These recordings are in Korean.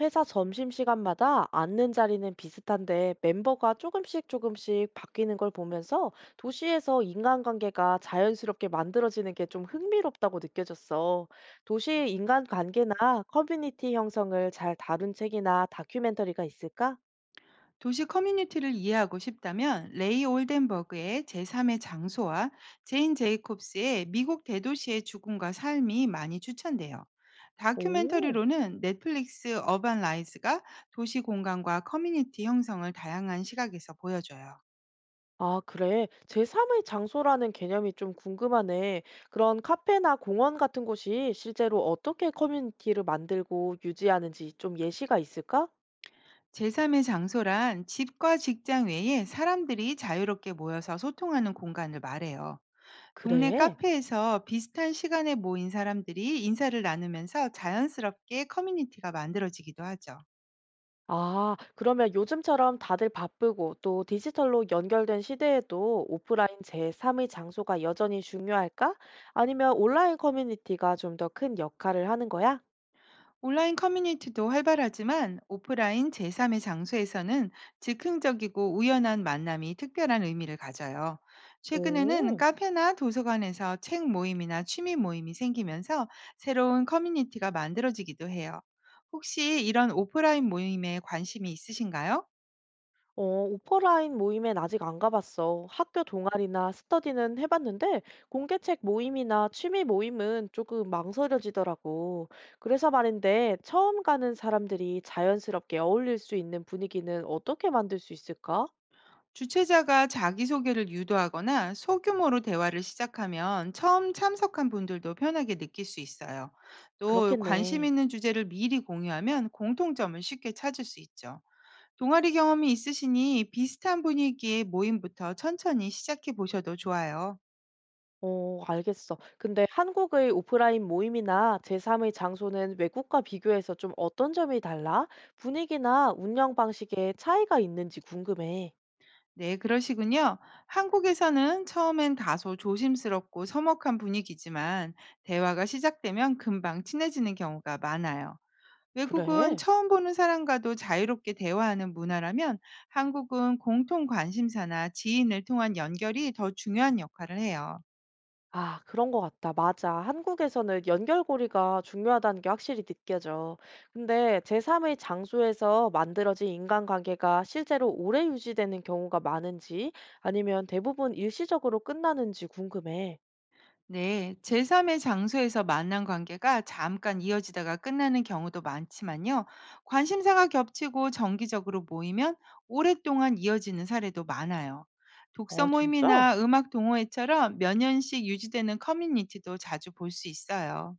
회사 점심시간마다 앉는 자리는 비슷한데 멤버가 조금씩 바뀌는 걸 보면서 도시에서 인간관계가 자연스럽게 만들어지는 게 좀 흥미롭다고 느껴졌어. 도시의 인간관계나 커뮤니티 형성을 잘 다룬 책이나 다큐멘터리가 있을까? 도시 커뮤니티를 이해하고 싶다면 레이 올덴버그의 제3의 장소와 제인 제이콥스의 미국 대도시의 죽음과 삶이 많이 추천돼요. 오. 다큐멘터리로는 넷플릭스 어반 라이즈가 도시 공간과 커뮤니티 형성을 다양한 시각에서 보여줘요. 아, 그래. 제3의 장소라는 개념이 좀 궁금하네. 그런 카페나 공원 같은 곳이 실제로 어떻게 커뮤니티를 만들고 유지하는지 좀 예시가 있을까? 제3의 장소란 집과 직장 외에 사람들이 자유롭게 모여서 소통하는 공간을 말해요. 동네 그래. 카페에서 비슷한 시간에 모인 사람들이 인사를 나누면서 자연스럽게 커뮤니티가 만들어지기도 하죠. 아, 그러면 요즘처럼 다들 바쁘고 또 디지털로 연결된 시대에도 오프라인 제3의 장소가 여전히 중요할까? 아니면 온라인 커뮤니티가 좀 더 큰 역할을 하는 거야? 온라인 커뮤니티도 활발하지만, 오프라인 제3의 장소에서는 즉흥적이고 우연한 만남이 특별한 의미를 가져요. 최근에는 오, 카페나 도서관에서 책 모임이나 취미 모임이 생기면서 새로운 커뮤니티가 만들어지기도 해요. 혹시 이런 오프라인 모임에 관심이 있으신가요? 오프라인 모임엔 아직 안 가봤어. 학교 동아리나 스터디는 해봤는데 공개책 모임이나 취미 모임은 조금 망설여지더라고. 그래서 말인데 처음 가는 사람들이 자연스럽게 어울릴 수 있는 분위기는 어떻게 만들 수 있을까? 주최자가 자기소개를 유도하거나 소규모로 대화를 시작하면 처음 참석한 분들도 편하게 느낄 수 있어요. 또 관심 그렇겠네. 있는 주제를 미리 공유하면 공통점을 쉽게 찾을 수 있죠. 동아리 경험이 있으시니 비슷한 분위기의 모임부터 천천히 시작해 보셔도 좋아요. 알겠어. 근데 한국의 오프라인 모임이나 제3의 장소는 외국과 비교해서 좀 어떤 점이 달라? 분위기나 운영 방식에 차이가 있는지 궁금해. 네, 그러시군요. 한국에서는 처음엔 다소 조심스럽고 서먹한 분위기지만, 대화가 시작되면 금방 친해지는 경우가 많아요. 외국은 그래? 처음 보는 사람과도 자유롭게 대화하는 문화라면, 한국은 공통 관심사나 지인을 통한 연결이 더 중요한 역할을 해요. 아, 그런 거 같다. 맞아. 한국에서는 연결고리가 중요하다는 게 확실히 느껴져. 근데 제3의 장소에서 만들어진 인간관계가 실제로 오래 유지되는 경우가 많은지 아니면 대부분 일시적으로 끝나는지 궁금해. 네, 제3의 장소에서 만난 관계가 잠깐 이어지다가 끝나는 경우도 많지만요, 관심사가 겹치고 정기적으로 모이면 오랫동안 이어지는 사례도 많아요. 독서 아, 진짜? 모임이나 음악 동호회처럼 몇 년씩 유지되는 커뮤니티도 자주 볼 수 있어요.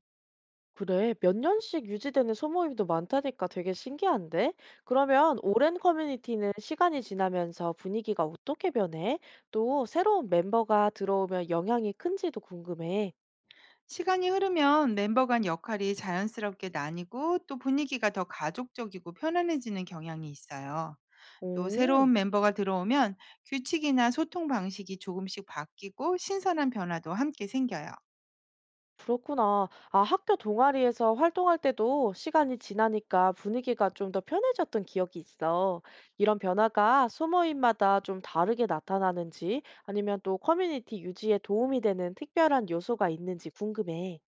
그래, 몇 년씩 유지되는 소모임도 많다니까 되게 신기한데? 그러면 오랜 커뮤니티는 시간이 지나면서 분위기가 어떻게 변해? 또 새로운 멤버가 들어오면 영향이 큰지도 궁금해. 시간이 흐르면 멤버 간 역할이 자연스럽게 나뉘고, 또 분위기가 더 가족적이고 편안해지는 경향이 있어요. 또 오, 새로운 멤버가 들어오면 규칙이나 소통 방식이 조금씩 바뀌고, 신선한 변화도 함께 생겨요. 그렇구나. 아, 학교 동아리에서 활동할 때도 시간이 지나니까 분위기가 좀 더 편해졌던 기억이 있어. 이런 변화가 소모임마다 좀 다르게 나타나는지 아니면 또 커뮤니티 유지에 도움이 되는 특별한 요소가 있는지 궁금해.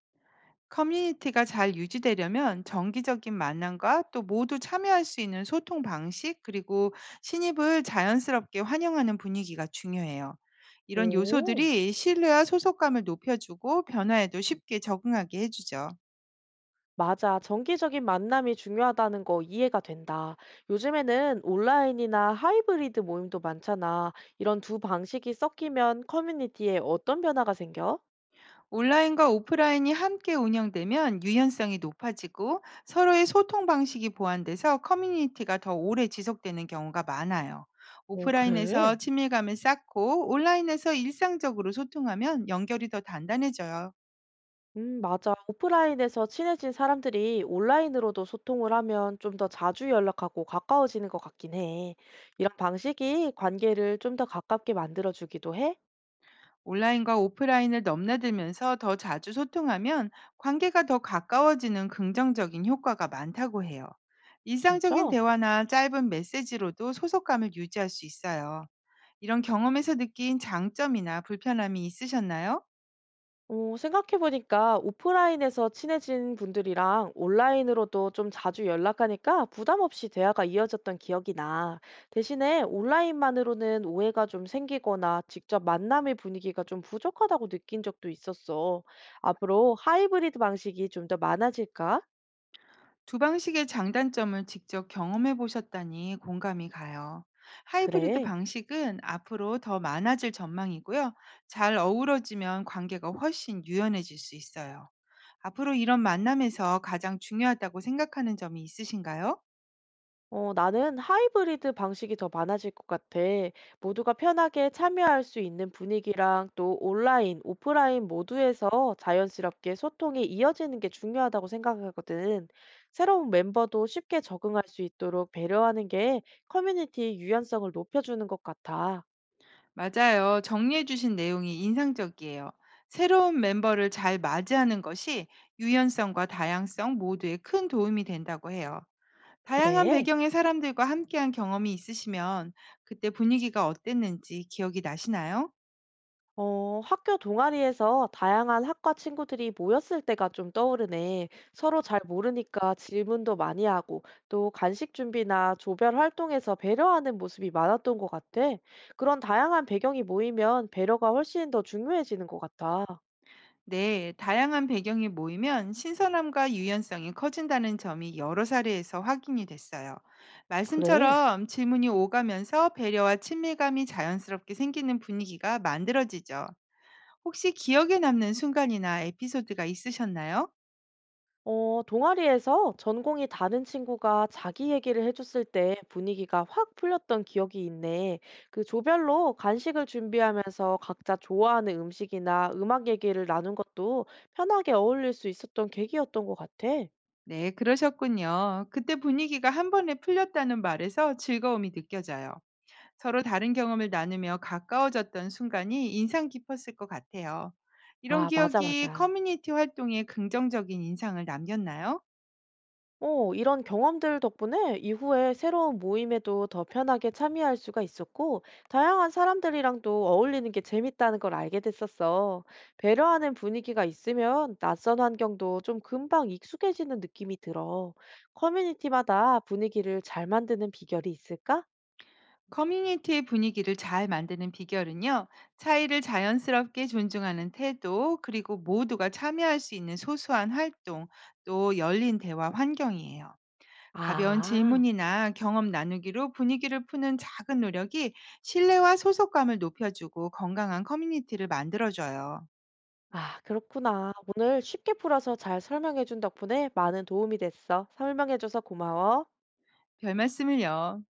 커뮤니티가 잘 유지되려면 정기적인 만남과 또 모두 참여할 수 있는 소통 방식, 그리고 신입을 자연스럽게 환영하는 분위기가 중요해요. 이런 오. 요소들이 신뢰와 소속감을 높여주고, 변화에도 쉽게 적응하게 해주죠. 맞아. 정기적인 만남이 중요하다는 거 이해가 된다. 요즘에는 온라인이나 하이브리드 모임도 많잖아. 이런 두 방식이 섞이면 커뮤니티에 어떤 변화가 생겨? 온라인과 오프라인이 함께 운영되면 유연성이 높아지고, 서로의 소통 방식이 보완돼서 커뮤니티가 더 오래 지속되는 경우가 많아요. 오, 오프라인에서 그래? 친밀감을 쌓고 온라인에서 일상적으로 소통하면 연결이 더 단단해져요. 맞아. 오프라인에서 친해진 사람들이 온라인으로도 소통을 하면 좀 더 자주 연락하고 가까워지는 것 같긴 해. 이런 방식이 관계를 좀 더 가깝게 만들어주기도 해? 온라인과 오프라인을 넘나들면서 더 자주 소통하면 관계가 더 가까워지는 긍정적인 효과가 많다고 해요. 일상적인 진짜? 대화나 짧은 메시지로도 소속감을 유지할 수 있어요. 이런 경험에서 느낀 장점이나 불편함이 있으셨나요? 생각해보니까 오프라인에서 친해진 분들이랑 온라인으로도 좀 자주 연락하니까 부담 없이 대화가 이어졌던 기억이 나. 대신에 온라인만으로는 오해가 좀 생기거나 직접 만남의 분위기가 좀 부족하다고 느낀 적도 있었어. 앞으로 하이브리드 방식이 좀 더 많아질까? 두 방식의 장단점을 직접 경험해 보셨다니 공감이 가요. 하이브리드 그래. 방식은 앞으로 더 많아질 전망이고요. 잘 어우러지면 관계가 훨씬 유연해질 수 있어요. 앞으로 이런 만남에서 가장 중요하다고 생각하는 점이 있으신가요? 나는 하이브리드 방식이 더 많아질 것 같아. 모두가 편하게 참여할 수 있는 분위기랑 또 온라인, 오프라인 모두에서 자연스럽게 소통이 이어지는 게 중요하다고 생각하거든. 새로운 멤버도 쉽게 적응할 수 있도록 배려하는 게 커뮤니티 유연성을 높여주는 것 같아. 맞아요, 정리해 주신 내용이 인상적이에요. 새로운 멤버를 잘 맞이하는 것이 유연성과 다양성 모두에 큰 도움이 된다고 해요. 다양한 그래? 배경의 사람들과 함께한 경험이 있으시면 그때 분위기가 어땠는지 기억이 나시나요? 학교 동아리에서 다양한 학과 친구들이 모였을 때가 좀 떠오르네. 서로 잘 모르니까 질문도 많이 하고, 또 간식 준비나 조별 활동에서 배려하는 모습이 많았던 것 같아. 그런 다양한 배경이 모이면 배려가 훨씬 더 중요해지는 것 같아. 네, 다양한 배경이 모이면 신선함과 유연성이 커진다는 점이 여러 사례에서 확인이 됐어요. 그래. 말씀처럼 질문이 오가면서 배려와 친밀감이 자연스럽게 생기는 분위기가 만들어지죠. 혹시 기억에 남는 순간이나 에피소드가 있으셨나요? 동아리에서 전공이 다른 친구가 자기 얘기를 해줬을 때 분위기가 확 풀렸던 기억이 있네. 그 조별로 간식을 준비하면서 각자 좋아하는 음식이나 음악 얘기를 나눈 것도 편하게 어울릴 수 있었던 계기였던 것 같아. 네, 그러셨군요. 그때 분위기가 한 번에 풀렸다는 말에서 즐거움이 느껴져요. 서로 다른 경험을 나누며 가까워졌던 순간이 인상 깊었을 것 같아요. 이런 아, 맞아, 기억이 맞아. 커뮤니티 활동에 긍정적인 인상을 남겼나요? 이런 경험들 덕분에 이후에 새로운 모임에도 더 편하게 참여할 수가 있었고, 다양한 사람들이랑도 어울리는 게 재밌다는 걸 알게 됐었어. 배려하는 분위기가 있으면 낯선 환경도 좀 금방 익숙해지는 느낌이 들어. 커뮤니티마다 분위기를 잘 만드는 비결이 있을까? 커뮤니티의 분위기를 잘 만드는 비결은요, 차이를 자연스럽게 존중하는 태도, 그리고 모두가 참여할 수 있는 소소한 활동, 또 열린 대화 환경이에요. 가벼운 아, 질문이나 경험 나누기로 분위기를 푸는 작은 노력이 신뢰와 소속감을 높여주고 건강한 커뮤니티를 만들어줘요. 아, 그렇구나. 오늘 쉽게 풀어서 잘 설명해준 덕분에 많은 도움이 됐어. 설명해줘서 고마워. 별말씀을요.